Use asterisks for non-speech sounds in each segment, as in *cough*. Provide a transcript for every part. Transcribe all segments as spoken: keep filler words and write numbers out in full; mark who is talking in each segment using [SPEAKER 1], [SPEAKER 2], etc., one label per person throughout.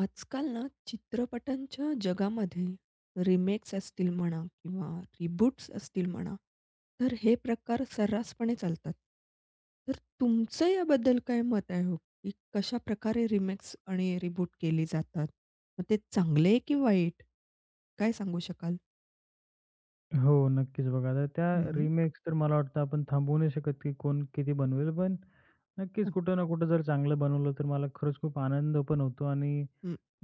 [SPEAKER 1] आजकाल ना चित्रपटांच्या जगामध्ये रिमेक्स असतील म्हणा किंवा रिबूट्स असतील म्हणा, तर हे प्रकार सर्रासपणे चालतात. तर तुमचं याबद्दल काय मत आहे हो, की कशा प्रकारे रिमेक्स आणि रिबूट केली जातात? मग ते चांगले की वाईट? काय सांगू शकाल?
[SPEAKER 2] हो, नक्कीच बघा. आता त्या
[SPEAKER 1] हं.
[SPEAKER 2] रिमेक्स तर मला वाटतं आपण थांबवू नाही शकत, की कोण किती बनवेल. पण नक्कीच
[SPEAKER 1] हं,
[SPEAKER 2] कुठं ना कुठं जर चांगलं बनवलं, तर मला खरंच खूप आनंद पण होतो आणि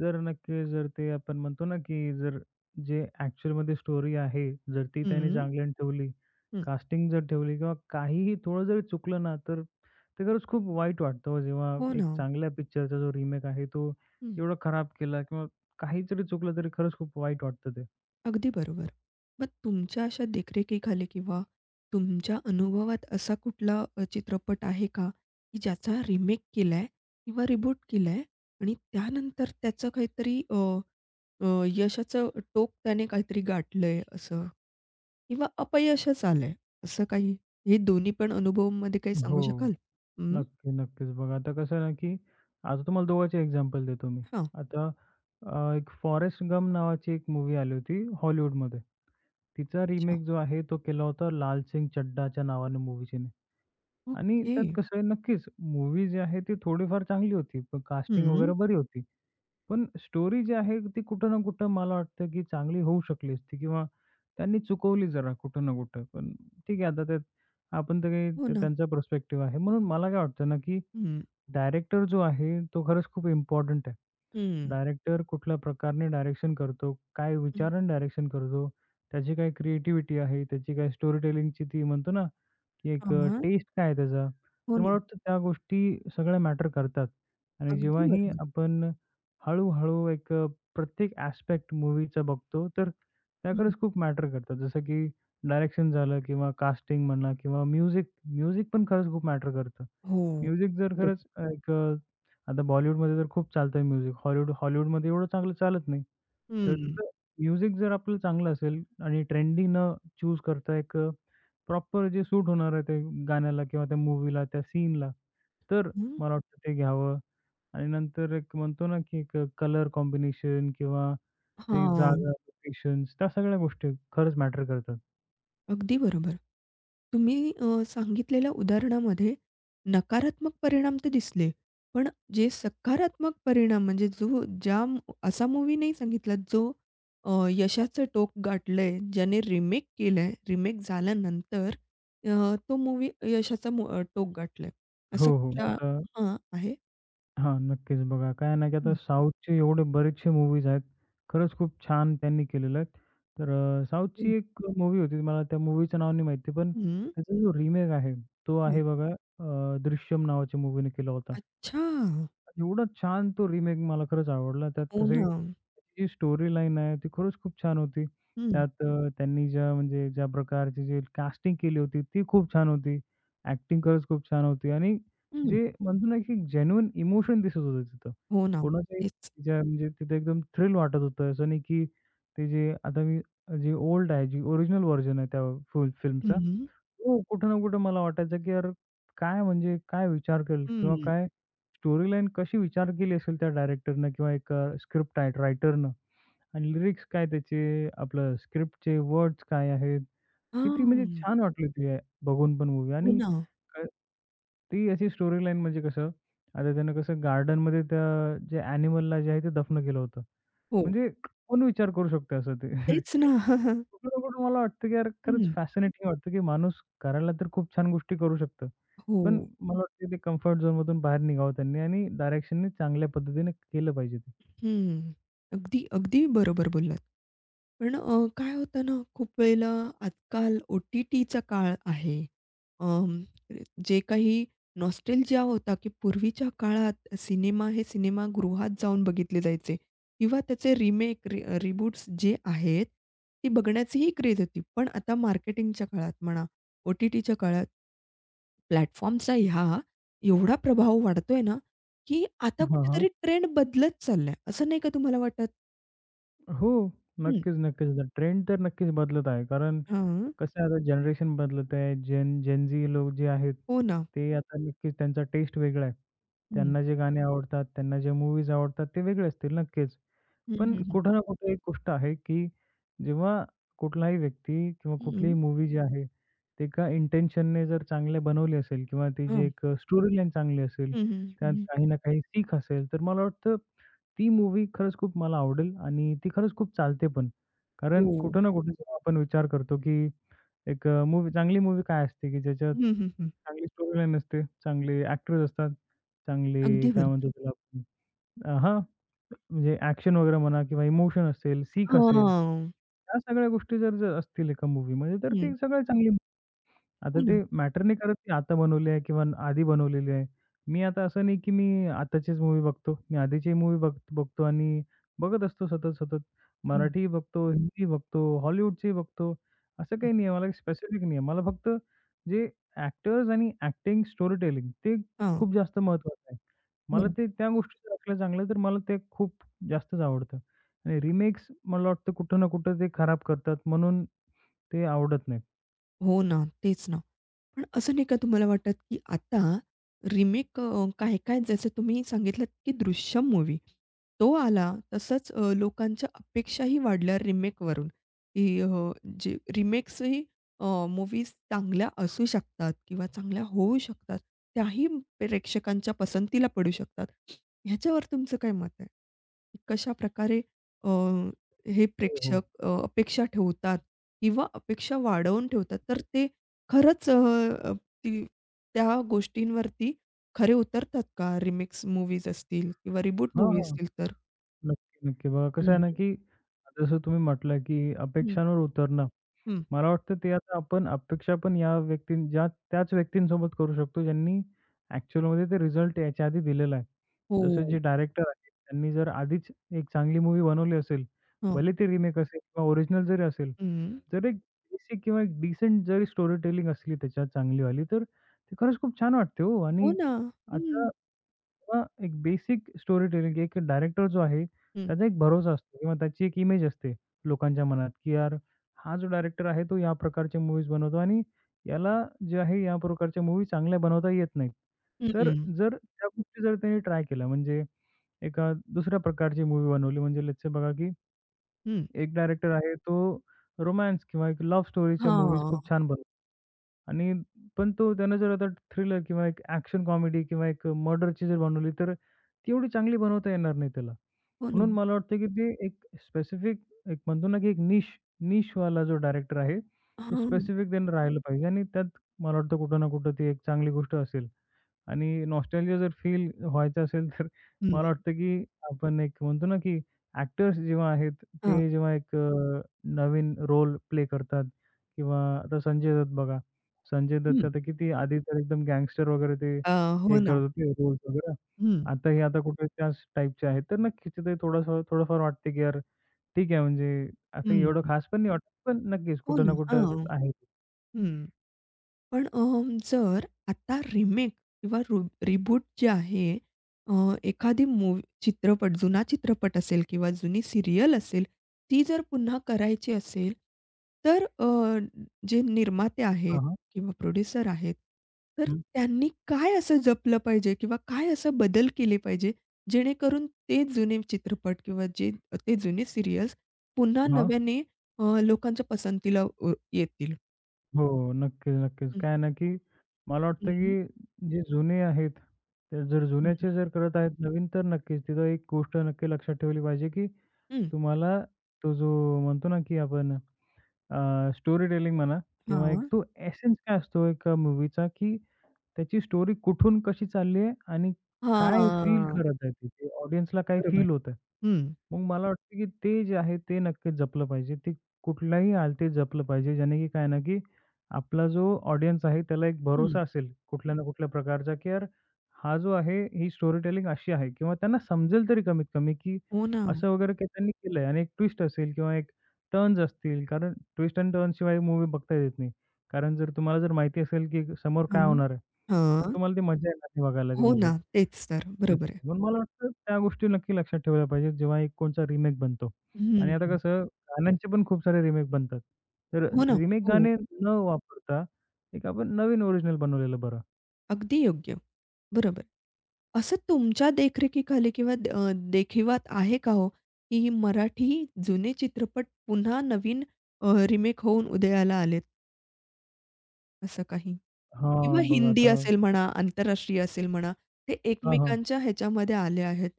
[SPEAKER 2] जर नक्की जर ते आपण म्हणतो ना, की जर जे ॲक्चुअलमध्ये स्टोरी आहे, जर ती
[SPEAKER 1] हं,
[SPEAKER 2] त्याने
[SPEAKER 1] हं,
[SPEAKER 2] चांगल्याने ठेवली,
[SPEAKER 1] हं.
[SPEAKER 2] कास्टिंग जर ठेवली किंवा काहीही थोडं जरी चुकलं ना, तर ते खरंच खूप वाईट वाटतं हो, जेव्हा
[SPEAKER 1] हो
[SPEAKER 2] एक
[SPEAKER 1] ना.
[SPEAKER 2] चांगल्या पिक्चरचा जो रिमेक आहे, तो
[SPEAKER 1] हं.
[SPEAKER 2] एवढा खराब केला किंवा काहीतरी चुकलं तरी खरंच खूप वाईट वाटतं ते.
[SPEAKER 1] अगदी बरोबर. मग तुमच्या अशा देखरेखीखाली किंवा तुमच्या अनुभवात असा कुठला अ, चित्रपट आहे का, की ज्याचा रिमेक केलाय किंवा रिबूट केलाय आणि त्यानंतर त्याचं काहीतरी अ, अ, यशाचं टोक त्याने काहीतरी गाठलंय असं किंवा अपयशच आलंय असं काही? हे दोन्ही पण अनुभवामध्ये काही सांगू
[SPEAKER 2] हो.
[SPEAKER 1] शकाल? हं.
[SPEAKER 2] नक्की, नक्कीच. बघा आता कसं आहे ना, की आता तुम्हाला दोघांचे एक्झाम्पल देतो मी.
[SPEAKER 1] हां.
[SPEAKER 2] आता अ, एक फॉरेस्ट गम नावाची एक मूव्ही आली होती हॉलिवूडमध्ये. तिचा
[SPEAKER 1] अच्छा.
[SPEAKER 2] रिमेक जो आहे तो केला होता लाल सिंग चड्ढाच्या नावाने मूव्हीने आणि
[SPEAKER 1] ओके.
[SPEAKER 2] त्यात कसं आहे नक्कीच मूव्ही जी आहे ती थोडीफार चांगली होती. पण कास्टिंग वगैरे
[SPEAKER 1] हं.
[SPEAKER 2] बरी होती. पण स्टोरी जी आहे ती कुठं ना कुठं मला वाटतं, की चांगली होऊ शकली असती किंवा त्यांनी चुकवली जरा कुठं ना कुठं. पण ठीक आहे आता त्यात आपण तर काही
[SPEAKER 1] हो
[SPEAKER 2] ते
[SPEAKER 1] ना.
[SPEAKER 2] त्यांचा पर्स्पेक्टिव्ह आहे. म्हणून मला काय वाटतं ना, की
[SPEAKER 1] हं.
[SPEAKER 2] डायरेक्टर जो आहे, तो खरंच खूप इम्पोर्टंट आहे.
[SPEAKER 1] हं.
[SPEAKER 2] डायरेक्टर कुठल्या प्रकारने डायरेक्शन करतो, काय
[SPEAKER 1] हं.
[SPEAKER 2] विचाराने डायरेक्शन करतो, त्याची काय क्रिएटिव्हिटी आहे, त्याची काय स्टोरी टेलिंगची ती म्हणतो ना, की एक
[SPEAKER 1] हां.
[SPEAKER 2] टेस्ट काय आहे त्याचा.
[SPEAKER 1] हो
[SPEAKER 2] तर मला
[SPEAKER 1] ना.
[SPEAKER 2] वाटतं त्या गोष्टी सगळ्या मॅटर करतात. आणि
[SPEAKER 1] अगदी
[SPEAKER 2] जेव्हाही
[SPEAKER 1] बरोबर.
[SPEAKER 2] आपण हळू एक अ, प्रत्येक ॲस्पेक्ट मूव्हीचा बघतो, तर त्या खरंच खूप मॅटर करतात. जसं की डायरेक्शन झालं किंवा कास्टिंग म्हणा किंवा म्युझिक, म्युझिक पण खरंच खूप मॅटर करतं.
[SPEAKER 1] हो,
[SPEAKER 2] म्युझिक जर खरंच
[SPEAKER 1] बरोबर.
[SPEAKER 2] एक आता बॉलिवूडमध्ये तर खूप चालतंय म्युझिक. हॉलिवूड हॉलिवूडमध्ये एवढं चांगलं चालत नाही. तर
[SPEAKER 1] हं.
[SPEAKER 2] तिथं म्युझिक जर आपलं चांगलं असेल आणि ट्रेंडी न चूज करता एक अ, प्रॉपर जे सूट होणार आहे ते गाण्याला किंवा त्या मूव्हीला, त्या सीनला, तर
[SPEAKER 1] हं.
[SPEAKER 2] मला वाटतं ते घ्यावं. आणि नंतर एक म्हणतो ना, की एक कलर कॉम्बिनेशन किंवा ते
[SPEAKER 1] हां,
[SPEAKER 2] जागा, लोकेशन्स त्या सगळ्या गोष्टी खरंच मॅटर करतात.
[SPEAKER 1] अगदी बरोबर. तुम्ही अ, सांगितलेल्या उदाहरणामध्ये नकारात्मक परिणाम तर दिसले, पण जे सकारात्मक परिणाम म्हणजे जो ज्या असा मूव्ही नाही सांगितला जो अ, यशाचं टोक गाठलंय, ज्याने रिमेक केलंय, रिमेक झाल्यानंतर अ, तो मूव्ही यशाचा मो अ, टोक गाठलंय.
[SPEAKER 2] हो,
[SPEAKER 1] असा
[SPEAKER 2] हो.
[SPEAKER 1] कुठला
[SPEAKER 2] आता
[SPEAKER 1] हां, आहे?
[SPEAKER 2] हां, नक्कीच बघा. काय ना, की आता
[SPEAKER 1] हं,
[SPEAKER 2] साऊथचे एवढे बरेचसे मूव्हीज आहेत. खरंच खूप छान त्यांनी केलेले आहेत. तर अ, साऊथची एक मूव्ही होती, मला त्या मूव्हीचं नाव नाही माहिती, पण
[SPEAKER 1] हं,
[SPEAKER 2] त्याचा जो रिमेक आहे, तो
[SPEAKER 1] हं.
[SPEAKER 2] आहे बघा अ, दृश्यम नावाच्या मूव्हीने केला होता.
[SPEAKER 1] अच्छा.
[SPEAKER 2] एवढा छान तो रिमेक मला खरंच आवडला. त्यात
[SPEAKER 1] हो
[SPEAKER 2] कसं
[SPEAKER 1] ना.
[SPEAKER 2] आहे, त्याची जी स्टोरी लाईन आहे ती खरंच खूप छान होती.
[SPEAKER 1] हं,
[SPEAKER 2] त्यात अ, त्यांनी ज्या म्हणजे ज्या प्रकारची जी कास्टिंग केली होती ती खूप छान होती. ॲक्टिंग खरंच खूप छान होती आणि
[SPEAKER 1] हं.
[SPEAKER 2] जे म्हणतो ना, की जेन्युइन इमोशन दिसत होतं तिथं.
[SPEAKER 1] हो ना,
[SPEAKER 2] कोणाचंही
[SPEAKER 1] तेच.
[SPEAKER 2] ज्या म्हणजे तिथं एकदम थ्रिल वाटत होतं. असं नाही, की ते जे आता मी जे ओल्ड आहे, जी ओरिजिनल व्हर्जन आहे त्या फिल्मचा
[SPEAKER 1] हं,
[SPEAKER 2] हो, कुठं ना कुठं मला वाटायचं, की यार काय म्हणजे काय विचार केल किंवा
[SPEAKER 1] हं.
[SPEAKER 2] काय स्टोरी लाईन कशी विचार केली असेल त्या डायरेक्टरनं किंवा एक स्क्रिप्ट राईट रायटरनं आणि लिरिक्स काय त्याचे, आपलं स्क्रिप्टचे वर्ड्स काय आहेत? किती म्हणजे
[SPEAKER 1] हां.
[SPEAKER 2] छान वाटली ती बघून पण मूव्ही
[SPEAKER 1] हो
[SPEAKER 2] आणि
[SPEAKER 1] ना.
[SPEAKER 2] काय ती अशी स्टोरी लाईन म्हणजे कसं, आता त्यानं कसं गार्डनमध्ये त्या जे ॲनिमलला जे आहे ते दफन केलं होतं.
[SPEAKER 1] हो.
[SPEAKER 2] म्हणजे कोण विचार करू शकतं असं ते?
[SPEAKER 1] तेच ना. *laughs*
[SPEAKER 2] कुठं ना कुठं मला वाटतं, की यार खरंच
[SPEAKER 1] हं.
[SPEAKER 2] फॅसिनेटिंग वाटतं, की माणूस करायला तर खूप छान गोष्टी करू शकतं. पण
[SPEAKER 1] हो.
[SPEAKER 2] मला वाटतं ते कम्फर्ट झोनमधून बाहेर निघावं त्यांनी आणि डायरेक्शननी चांगल्या पद्धतीने केलं पाहिजे ते.
[SPEAKER 1] हं. अगदी, अगदी बरोबर बोललात. पण अ, काय होतं ना, खूप वेळेला आजकाल ओ-टी-टीचा काळ आहे. अं, जे काही नॉस्टेल्जिया होता, की पूर्वीच्या काळात सिनेमा हे सिनेमागृहात जाऊन बघितले जायचे किंवा त्याचे रिमेक, रि रिबूट्स जे आहेत, ती बघण्याचीही क्रेझ होती. पण आता मार्केटिंगच्या काळात म्हणा, ओ-टी-टीच्या काळात प्लॅटफॉर्मचा ह्या एवढा प्रभाव वाढतोय ना, की आता
[SPEAKER 2] हां, हां.
[SPEAKER 1] कुठेतरी ट्रेंड बदलत चाललाय. असं नाही का तुम्हाला वाटत?
[SPEAKER 2] हो.
[SPEAKER 1] हं,
[SPEAKER 2] नक्कीच, नक्कीच. ट्रेंड तर नक्कीच बदलत आहे. कारण
[SPEAKER 1] हां.
[SPEAKER 2] कसं आहे आता जनरेशन बदलत आहे. जेन जेन लोक जे आहेत,
[SPEAKER 1] हो ना.
[SPEAKER 2] ते आता नक्कीच त्यांचा टेस्ट वेगळा आहे.
[SPEAKER 1] हं.
[SPEAKER 2] त्यांना जे गाणे आवडतात, त्यांना जे मूव्हीज आवडतात ते वेगळे असतील नक्कीच.
[SPEAKER 1] हं,
[SPEAKER 2] पण
[SPEAKER 1] हं, हं.
[SPEAKER 2] कुठं ना कुठे एक गोष्ट आहे, की जेव्हा कुठलाही व्यक्ती किंवा कुठलीही
[SPEAKER 1] हं.
[SPEAKER 2] मूव्ही जी आहे, ते एका इंटेन्शनने जर चांगले बनवली असेल किंवा ती जी
[SPEAKER 1] हां.
[SPEAKER 2] एक अ, स्टोरी लाईन चांगली असेल,
[SPEAKER 1] हं, हं, हं,
[SPEAKER 2] त्यात
[SPEAKER 1] हं.
[SPEAKER 2] काही ना काही सीख असेल, तर मला वाटतं ती मूव्ही खरंच खूप मला आवडेल आणि ती खरंच खूप चालते पण. कारण
[SPEAKER 1] हो.
[SPEAKER 2] कुठं ना कुठे जेव्हा आपण विचार करतो, की एक अ, चांगली मूव्ही काय असते, की ज्याच्यात
[SPEAKER 1] हं, हं, हं.
[SPEAKER 2] चांगली स्टोरी लाईन असते, चांगले ॲक्टर्स असतात, चांगले
[SPEAKER 1] अगदी
[SPEAKER 2] काय
[SPEAKER 1] बरोबर.
[SPEAKER 2] म्हणतो त्याला आपण अ, हां. म्हणजे ॲक्शन वगैरे म्हणा किंवा इमोशन असेल, सीख असेल,
[SPEAKER 1] हां.
[SPEAKER 2] ह्या सगळ्या गोष्टी जर जर असतील एका मूव्हीमध्ये तर
[SPEAKER 1] हं.
[SPEAKER 2] ती सगळ्यात चांगली आता
[SPEAKER 1] हो
[SPEAKER 2] ते
[SPEAKER 1] ना.
[SPEAKER 2] मॅटर नाही करत की आता बनवली आहे किंवा आधी बनवलेली आहे. मी आता असं नाही की मी आताचीच मूव्ही बघतो. मी आधीची मूव्ही बघ बघतो आणि बघत असतो सतत-सतत.
[SPEAKER 1] हं,
[SPEAKER 2] मराठी बघतो, हिंदी बघतो, हॉलिवूडची बघतो. असं
[SPEAKER 1] हं.
[SPEAKER 2] काही नाही आहे. मला स्पेसिफिक नाही आहे. मला फक्त जे ॲक्टर्स आणि ॲक्टिंग, स्टोरी टेलिंग ते
[SPEAKER 1] हां.
[SPEAKER 2] खूप जास्त महत्त्वाचं आहे. मला
[SPEAKER 1] बरोबर.
[SPEAKER 2] ते त्या गोष्टी जर ऐकल्या चांगल्या, तर मला ते खूप जास्तच आवडतं आणि रिमेक्स मला वाटतं कुठं ना कुठं ते खराब करतात म्हणून ते आवडत नाहीत.
[SPEAKER 1] हो ना, तेच ना. पण असं नाही का तुम्हाला वाटत, की आता रिमेक अ, काय-काय जसं तुम्ही सांगितलत, की दृश्यम मूव्ही तो आला, तसंच अ, लोकांच्या अपेक्षाही वाढल्या रिमेकवरून, की अ, जे रिमेक्सही अ, मूव्हीज चांगल्या असू शकतात किंवा चांगल्या होऊ शकतात. त्याही प्रेक्षकांच्या पसंतीला पडू शकतात. ह्याच्यावर तुमचं काय मत आहे? कशाप्रकारे अ, हे
[SPEAKER 2] हो, हो.
[SPEAKER 1] प्रेक्षक अ, अपेक्षा ठेवतात किंवा अपेक्षा वाढवून ठेवतात. तर ते खरंच अ, अ, ती त्या गोष्टींवरती खरे उतरतात का? रिमिक्स मूव्हीज असतील किंवा रिबूट
[SPEAKER 2] हां,
[SPEAKER 1] मूव्ही
[SPEAKER 2] हां.
[SPEAKER 1] असतील तर?
[SPEAKER 2] नक्की, नक्की. बघा कसं आहे ना,
[SPEAKER 1] हं.
[SPEAKER 2] की जसं तुम्ही म्हटलं, की
[SPEAKER 1] हं,
[SPEAKER 2] अपेक्षांवर उतरणं.
[SPEAKER 1] हं.
[SPEAKER 2] मला वाटतं ते आता आपण अपेक्षा पण या व्यक्तीं ज्या त्याच व्यक्तींसोबत करू शकतो, ज्यांनी ॲक्चुअलमध्ये ते रिझल्ट याच्या आधी दिलेला आहे. जसं
[SPEAKER 1] हो.
[SPEAKER 2] जे डायरेक्टर आहेत, त्यांनी जर आधीच एक चांगली मूव्ही बनवली असेल,
[SPEAKER 1] हां.
[SPEAKER 2] भले ते रिमेक असेल किंवा ओरिजिनल जरी असेल,
[SPEAKER 1] हं.
[SPEAKER 2] जर एक बेसिक किंवा एक डिसेंट जरी स्टोरी टेलिंग असली त्याच्यात चांगलीवाली, तर ते खरंच खूप छान वाटते हो.
[SPEAKER 1] हो
[SPEAKER 2] आणि
[SPEAKER 1] ना.
[SPEAKER 2] आता
[SPEAKER 1] हं.
[SPEAKER 2] अ, एक बेसिक स्टोरी टेलिंग एक डायरेक्टर जो आहे,
[SPEAKER 1] हं.
[SPEAKER 2] त्याचा एक भरोसा असतो किंवा त्याची एक इमेज असते लोकांच्या मनात, की यार हा जो डायरेक्टर आहे तो या प्रकारच्या मूव्हीज बनवतो आणि याला जे आहे या प्रकारच्या मूव्ही चांगल्या बनवता येत नाहीत. तर
[SPEAKER 1] हं.
[SPEAKER 2] जर त्या गोष्टी जर त्यांनी ट्राय केल्या म्हणजे एका दुसऱ्या प्रकारची मूव्ही बनवली म्हणजे लेट्स बघा की
[SPEAKER 1] हं.
[SPEAKER 2] एक डायरेक्टर आहे तो रोमान्स किंवा एक लव्ह स्टोरीच्या मूव्हीज
[SPEAKER 1] हां.
[SPEAKER 2] खूप छान बनवतो आणि पण तो त्यानं जर आता थ्रिलर किंवा एक ॲक्शन कॉमेडी किंवा एक मर्डरची जर बनवली तर ती एवढी चांगली बनवता येणार नाही त्याला.
[SPEAKER 1] हो
[SPEAKER 2] म्हणून
[SPEAKER 1] ना.
[SPEAKER 2] मला वाटतं की ते एक स्पेसिफिक एक म्हणतो ना की एक निश निशवाला जो डायरेक्टर आहे, तो
[SPEAKER 1] हां.
[SPEAKER 2] स्पेसिफिक त्यांनी राहिलं पाहिजे आणि त्यात मला वाटतं कुठं ना कुठं ती एक चांगली गोष्ट असेल. आणि नॉस्टॅल्जिया जर फील व्हायचं असेल, तर
[SPEAKER 1] हं.
[SPEAKER 2] मला वाटतं की आपण एक म्हणतो ना, की ॲक्टर्स जेव्हा आहेत,
[SPEAKER 1] हां.
[SPEAKER 2] ते जेव्हा एक अ, नवीन रोल प्ले करतात किंवा आता संजय दत्त बघा. संजय दत्त
[SPEAKER 1] हं.
[SPEAKER 2] आता किती आधी तर एकदम गँगस्टर वगैरे ते
[SPEAKER 1] अ, हो
[SPEAKER 2] हे
[SPEAKER 1] ना.
[SPEAKER 2] करत होते रोल्स वगैरे.
[SPEAKER 1] हं.
[SPEAKER 2] आता हे आता कुठे त्याच टाईपचे आहेत. तर नक्कीच ते थोडंसं थोडंफार वाटते की यार ठीक आहे म्हणजे असं
[SPEAKER 1] हं.
[SPEAKER 2] एवढं खास पण नाही वाटत, पण नक्कीच
[SPEAKER 1] हो
[SPEAKER 2] कुठं
[SPEAKER 1] ना.
[SPEAKER 2] ना कुठं
[SPEAKER 1] हां.
[SPEAKER 2] आहे.
[SPEAKER 1] हं. पण अ, जर आता रिमेक किंवा रू रिबूट जे आहे अ, एखादी मूव्ही चित्रपट, जुना चित्रपट असेल किंवा जुनी सीरियल असेल, ती जर पुन्हा करायची असेल, तर अ, जे निर्माते आहेत
[SPEAKER 2] हां, हां.
[SPEAKER 1] किंवा प्रोड्युसर आहेत, तर
[SPEAKER 2] हं.
[SPEAKER 1] त्यांनी काय असं जपलं पाहिजे किंवा काय असं बदल केले पाहिजे, जेणेकरून ते जुने चित्रपट किंवा जे ते जुने सीरियल्स पुन्हा
[SPEAKER 2] हां.
[SPEAKER 1] नव्याने अ, लोकांच्या पसंतीला अ, येतील?
[SPEAKER 2] हो. नक्कीच, नक्कीच.
[SPEAKER 1] हं,
[SPEAKER 2] काय ना, की मला वाटतं,
[SPEAKER 1] हं,
[SPEAKER 2] की जे जुने आहेत, ते जर
[SPEAKER 1] हं,
[SPEAKER 2] जुन्याचे जर करत आहेत नवीन, तर नक्कीच तिथं एक गोष्ट नक्की लक्षात ठेवली पाहिजे, की
[SPEAKER 1] हं.
[SPEAKER 2] तुम्हाला तो जो म्हणतो ना, की आपण अ, स्टोरी टेलिंग म्हणा किंवा एक
[SPEAKER 1] हां.
[SPEAKER 2] तो एसेन्स काय असतो एका मूव्हीचा, की त्याची स्टोरी कुठून कशी चालली आहे आणि काय फील
[SPEAKER 1] हां.
[SPEAKER 2] करत आहे तिथे ऑडियन्सला काय
[SPEAKER 1] बरोबर.
[SPEAKER 2] फील होतं.
[SPEAKER 1] हं.
[SPEAKER 2] मग मला वाटतं की ते जे आहे ते नक्कीच जपलं पाहिजे. ते कुठल्याही हालतीत जपलं पाहिजे. ज्याने की काय ना, की आपला जो ऑडियन्स आहे त्याला एक
[SPEAKER 1] हं.
[SPEAKER 2] भरोसा असेल कुठल्या ना कुठल्या प्रकारचा, की यार हा जो आहे ही स्टोरी टेलिंग अशी आहे किंवा त्यांना समजेल तरी कमीत कमी, की
[SPEAKER 1] हो ना.
[SPEAKER 2] असं वगैरे काही त्यांनी केलंय आणि एक ट्विस्ट असेल किंवा एक टर्न्स असतील. कारण ट्विस्ट एंड टर्न्स शिवाय मूव्ही बघता येत नाही. कारण जर तुम्हाला जर माहिती असेल की समोर काय
[SPEAKER 1] हं.
[SPEAKER 2] होणार आहे, तर
[SPEAKER 1] हां.
[SPEAKER 2] तुम्हाला ती मजा येणार नाही बघायला ती
[SPEAKER 1] हो ना.
[SPEAKER 2] मूव्ही.
[SPEAKER 1] तेच तर. बरोबर आहे.
[SPEAKER 2] नक्की. पण मला वाटतं त्या गोष्टी नक्की लक्षात ठेवल्या पाहिजेत, जेव्हा एक कोणचा रिमेक बनतो. आणि आता
[SPEAKER 1] हं.
[SPEAKER 2] कसं गाण्यांचे पण खूप सारे रिमेक बनतात. तर
[SPEAKER 1] हो ना.
[SPEAKER 2] रिमेक
[SPEAKER 1] हो.
[SPEAKER 2] गाणे न वापरता एक आपण नवीन ओरिजिनल बनवलेलं बरं.
[SPEAKER 1] अगदी योग्य. बरोबर. असं तुमच्या देखरेखीखाली किंवा अ, देखिवात आहे का हो, की मराठी जुने चित्रपट पुन्हा नवीन अ, रिमेक होऊन उदयाला आलेत असं काही? किंवा
[SPEAKER 2] हां, बघा
[SPEAKER 1] हिंदी
[SPEAKER 2] आता
[SPEAKER 1] असेल म्हणा, आंतरराष्ट्रीय असेल म्हणा, ते
[SPEAKER 2] हां, हां.
[SPEAKER 1] एकमेकांच्या ह्याच्यामध्ये आले आहेत,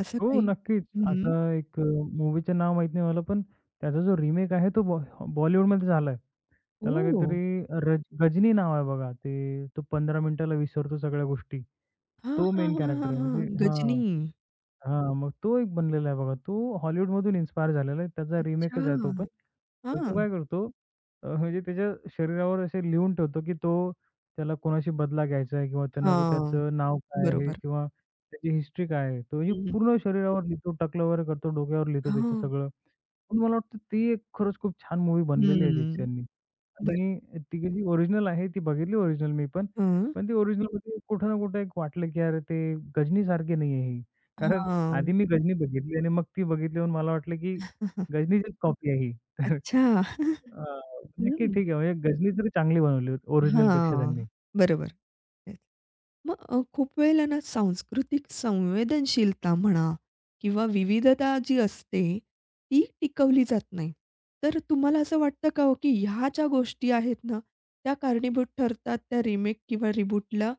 [SPEAKER 1] असं
[SPEAKER 2] हो,
[SPEAKER 1] काही?
[SPEAKER 2] नक्कीच. आता
[SPEAKER 1] हं.
[SPEAKER 2] एक अ, मूव्हीचं नाव माहीत नाही मला, पण त्याचा जो रिमेक आहे तो बॉ बॉलिवूडमध्ये झालाय. त्याला
[SPEAKER 1] ओह!
[SPEAKER 2] काहीतरी रज गजनी नाव आहे बघा. ते तो पंधरा मिनिटाला विसरतो सगळ्या गोष्टी.
[SPEAKER 1] हां,
[SPEAKER 2] तो
[SPEAKER 1] हां,
[SPEAKER 2] मेन
[SPEAKER 1] हां,
[SPEAKER 2] कॅरेक्टर
[SPEAKER 1] हां,
[SPEAKER 2] आहे
[SPEAKER 1] हां.
[SPEAKER 2] म्हणजे
[SPEAKER 1] गजनी.
[SPEAKER 2] हां. हां, मग तो एक बनलेला आहे बघा. तो हॉलिवूडमधून इन्स्पायर झालेला आहे. त्याचा
[SPEAKER 1] अच्छा.
[SPEAKER 2] रिमेकच आहे तो पण. तर तो
[SPEAKER 1] हां,
[SPEAKER 2] काय करतो अ, म्हणजे त्याच्या शरीरावर असे लिहून ठेवतो, की तो त्याला कोणाशी बदला घ्यायचा आहे किंवा त्यानं
[SPEAKER 1] हां.
[SPEAKER 2] त्याचं नाव काय आहे
[SPEAKER 1] बरोबर.
[SPEAKER 2] किंवा त्याची हिस्ट्री काय आहे. तो ही
[SPEAKER 1] हं,
[SPEAKER 2] पूर्ण शरीरावर लिहितो, टकलं वगैरे करतो, डोक्यावर लिहितो त्याचं
[SPEAKER 1] हां.
[SPEAKER 2] सगळं. पण मला वाटतं ती एक खरंच खूप छान मूव्ही बनलेली आहे त्याची
[SPEAKER 1] हं.
[SPEAKER 2] त्यांनी.
[SPEAKER 1] बरं.
[SPEAKER 2] आणि ती जी ओरिजिनल आहे ती बघितली ओरिजिनल मी पण.
[SPEAKER 1] हं.
[SPEAKER 2] पण ती ओरिजिनलमध्ये कुठं ना कुठं एक वाटलं की "अरे ते गजनीसारखी नाही आहे ही." कारण
[SPEAKER 1] हां.
[SPEAKER 2] आधी मी गजनी बघितली आणि मग ती बघितल्यावर मला वाटलं की
[SPEAKER 1] *laughs*
[SPEAKER 2] गजनीचीच कॉपी आहे ही. *laughs* तर
[SPEAKER 1] अच्छा.
[SPEAKER 2] अ, नक्की
[SPEAKER 1] हं.
[SPEAKER 2] ठीक आहे. म्हणजे गजनी तरी चांगली बनवली होती ओरिजिनलपेक्षा त्यांनी.
[SPEAKER 1] हां. बरोबर. मग अ, खूप वेळेला ना सांस्कृतिक संवेदनशीलता म्हणा किंवा विविधता जी असते, ती टिकवली जात नाही. तर तुम्हाला असं वाटतं का हो, की ह्या ज्या गोष्टी आहेत ना, त्या कारणीभूत ठरतात त्या रिमेक किंवा रिबूटला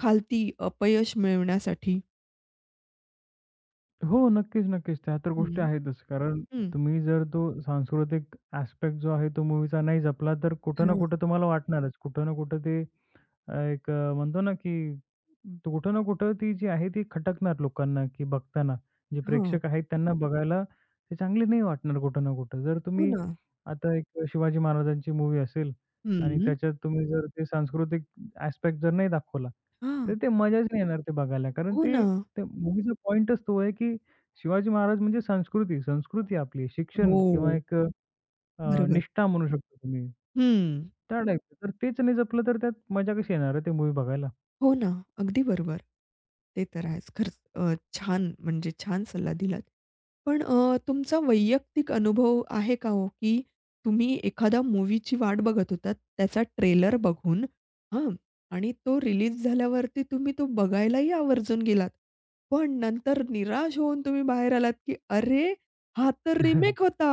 [SPEAKER 1] खालती अपयश मिळवण्यासाठी?
[SPEAKER 2] हो, नक्कीच, नक्कीच. त्या तर गोष्टी
[SPEAKER 1] हं.
[SPEAKER 2] आहेतच. कारण
[SPEAKER 1] हं.
[SPEAKER 2] तुम्ही जर तो सांस्कृतिक ॲस्पेक्ट जो आहे तो मूव्हीचा नाही जपला, तर कुठं ना
[SPEAKER 1] हां.
[SPEAKER 2] कुठं तुम्हाला वाटणारच. कुठं ना कुठं ते अ, एक अ, म्हणतो ना, की त कुठं ना कुठं ती जी आहे ती खटकणार लोकांना, की बघताना. जे
[SPEAKER 1] हां.
[SPEAKER 2] प्रेक्षक आहेत त्यांना बघायला ते चांगले नाही वाटणार कुठं ना कुठं. जर
[SPEAKER 1] हो
[SPEAKER 2] तुम्ही
[SPEAKER 1] ना.
[SPEAKER 2] आता एक शिवाजी महाराजांची मूव्ही असेल आणि
[SPEAKER 1] हं.
[SPEAKER 2] त्याच्यात तुम्ही जर ते सांस्कृतिक ॲस्पेक्ट जर नाही दाखवला,
[SPEAKER 1] हां.
[SPEAKER 2] तर ते मजाच नाही येणार ते बघायला. कारण
[SPEAKER 1] हो ना.
[SPEAKER 2] ते त्या मूव्हीचा पॉइंटच तो आहे, की शिवाजी महाराज म्हणजे संस्कृती, संस्कृती आपली, शिक्षण
[SPEAKER 1] हो.
[SPEAKER 2] किंवा एक अ,
[SPEAKER 1] बरोबर.
[SPEAKER 2] निष्ठा म्हणू शकता तुम्ही.
[SPEAKER 1] हं.
[SPEAKER 2] त्या टाईपचं. तर तेच नाही जपलं तर त्यात मजा कशी येणार आहे ते मूव्ही बघायला?
[SPEAKER 1] हो ना. अगदी बरोबर. ते तर आहेच. खरंच अ, छान म्हणजे छान सल्ला दिलात. पण अ, तुमचा वैयक्तिक अनुभव आहे का हो, की तुम्ही एखाद्या मूव्हीची वाट बघत होतात, त्याचा ट्रेलर बघून हं, आणि तो रिलीज झाल्यावरती तुम्ही तो बघायलाही आवर्जून गेलात. पण नंतर निराश होऊन तुम्ही बाहेर आलात, की "अरे, हा तर रिमेक
[SPEAKER 2] *laughs*
[SPEAKER 1] होता.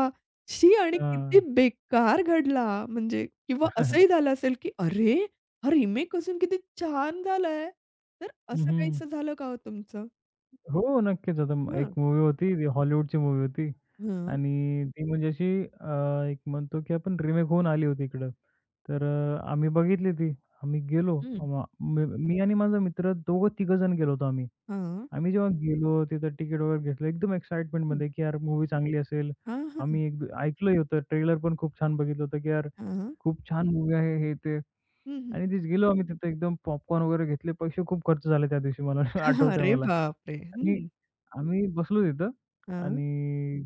[SPEAKER 1] शी आणि किती
[SPEAKER 2] हां.
[SPEAKER 1] बेकार घडला." म्हणजे किंवा असंही झालं असेल, की "अरे, हा रिमेक असून किती छान झालाय." तर
[SPEAKER 2] हं,
[SPEAKER 1] असं
[SPEAKER 2] हं.
[SPEAKER 1] काहीसं झालं का हो तुमचं?
[SPEAKER 2] हो, नक्कीच. आता म एक
[SPEAKER 1] हां.
[SPEAKER 2] मूव्ही होती, ती हॉलिवूडची मूव्ही होती
[SPEAKER 1] हां.
[SPEAKER 2] आणि ती म्हणजे अशी अ, एक म्हणतो की आपण रिमेक होऊन आली होती इकडं. तर अ, आम्ही बघितली ती. आम्ही गेलो.
[SPEAKER 1] हं.
[SPEAKER 2] म मी मी आणि माझा मित्र दोघं तिघंजण गेलो होतो आम्ही.
[SPEAKER 1] हां.
[SPEAKER 2] आम्ही जेव्हा गेलो तिथं तिकीट वगैरे घेतलं एकदम
[SPEAKER 1] हं.
[SPEAKER 2] एक्साईटमेंटमध्ये की यार मूव्ही चांगली असेल.
[SPEAKER 1] हां, हां.
[SPEAKER 2] आम्ही एक ऐकलंही होतं, ट्रेलर पण खूप छान बघितलं होतं की यार
[SPEAKER 1] हां.
[SPEAKER 2] खूप छान मूव्ही आहे हे, ते.
[SPEAKER 1] हं, हं.
[SPEAKER 2] आणि तिथे गेलो आम्ही तिथे एकदम पॉपकॉर्न वगैरे घेतले. पैसे खूप खर्च झाले त्या दिवशी मला *laughs*
[SPEAKER 1] *laughs*
[SPEAKER 2] आठवतंय
[SPEAKER 1] अरे
[SPEAKER 2] मला.
[SPEAKER 1] बापरे!
[SPEAKER 2] आणि
[SPEAKER 1] हं.
[SPEAKER 2] आम्ही बसलो तिथं
[SPEAKER 1] हां.
[SPEAKER 2] आणि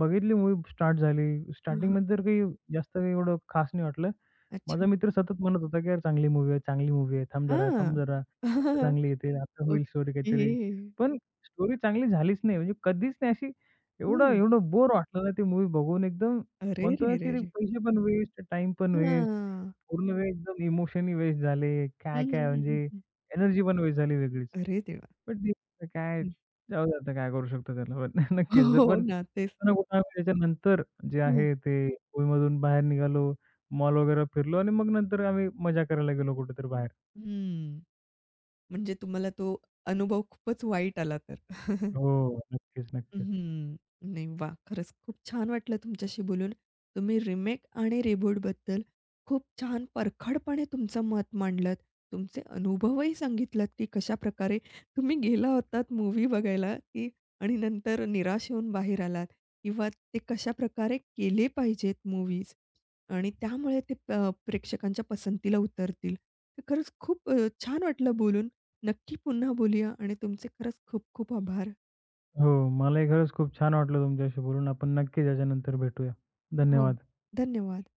[SPEAKER 2] बघितली मूव्ही स्टार्ट झाली.
[SPEAKER 1] हां, हां.
[SPEAKER 2] स्टार्टिंगमध्ये तर काही जास्त काही एवढं खास नाही वाटलं.
[SPEAKER 1] अच्छा.
[SPEAKER 2] माझा मित्र सतत म्हणत होता, की "यार चांगली मूव्ही आहे, चांगली मूव्ही आहे. थांब जरा, थांब
[SPEAKER 1] हां.
[SPEAKER 2] जरा. आता
[SPEAKER 1] *laughs*
[SPEAKER 2] चांगली येते, आता होईल स्टोरी
[SPEAKER 1] ओके.
[SPEAKER 2] काहीतरी." पण स्टोरी चांगली झालीच नाही. म्हणजे कधीच नाही अशी एवढं
[SPEAKER 1] हं.
[SPEAKER 2] एवढं बोर वाटलं ना ती मूव्ही बघून एकदम
[SPEAKER 1] अरे
[SPEAKER 2] म्हणतो
[SPEAKER 1] रे
[SPEAKER 2] ना, की
[SPEAKER 1] रे
[SPEAKER 2] ते
[SPEAKER 1] रे!
[SPEAKER 2] पैसे पण वेस्ट, टाईम पण वेस्ट,
[SPEAKER 1] हां.
[SPEAKER 2] पूर्ण वेळ एकदम इमोशनही वेस्ट झाले.
[SPEAKER 1] हं, हं,
[SPEAKER 2] काय-काय
[SPEAKER 1] हं,
[SPEAKER 2] म्हणजे
[SPEAKER 1] हं, हं.
[SPEAKER 2] एनर्जी पण वेस्ट झाली वेगळीच.
[SPEAKER 1] अरे देवा!
[SPEAKER 2] पण ते आता काय
[SPEAKER 1] हं.
[SPEAKER 2] जाऊ दे आता काय करू शकतो त्याला पण *laughs* नक्कीच
[SPEAKER 1] *laughs*
[SPEAKER 2] जर
[SPEAKER 1] हो
[SPEAKER 2] पण
[SPEAKER 1] ना,
[SPEAKER 2] कुठे
[SPEAKER 1] तेच
[SPEAKER 2] ना
[SPEAKER 1] तर.
[SPEAKER 2] कुठे आम्ही त्याच्यानंतर जे
[SPEAKER 1] हं.
[SPEAKER 2] आहे ते मूवीमधून बाहेर निघालो, मॉल वगैरे फिरलो आणि मग नंतर आम्ही मजा करायला गेलो कुठेतरी बाहेर.
[SPEAKER 1] हं. म्हणजे तुम्हाला तो अनुभव खूपच वाईट आला तर.
[SPEAKER 2] हो, नक्कीच, नक्कीच.
[SPEAKER 1] हं. नाही वाह! खरंच खूप छान वाटलं तुमच्याशी बोलून. तुम्ही रिमेक आणि रिबूटबद्दल खूप छान परखडपणे तुमचं मत मांडलत. तुमचे अनुभवही सांगितलात, की कशा प्रकारे तुम्ही गेला होतात मूवी बघायला, की आणि नंतर निराश होऊन बाहेर आलात किंवा ते कशाप्रकारे केले पाहिजेत मूव्हीज आणि त्यामुळे ते प प्रेक्षकांच्या पसंतीला उतरतील. तर खरंच खूप अ, छान वाटलं बोलून. नक्की पुन्हा बोलूया आणि तुमचे खरंच खूप खूप आभार.
[SPEAKER 2] हो, मलाही खरंच खूप छान वाटलं तुमच्याशी बोलून. आपण नक्कीच याच्यानंतर भेटूया.
[SPEAKER 1] हो,
[SPEAKER 2] धन्यवाद.
[SPEAKER 1] धन्यवाद.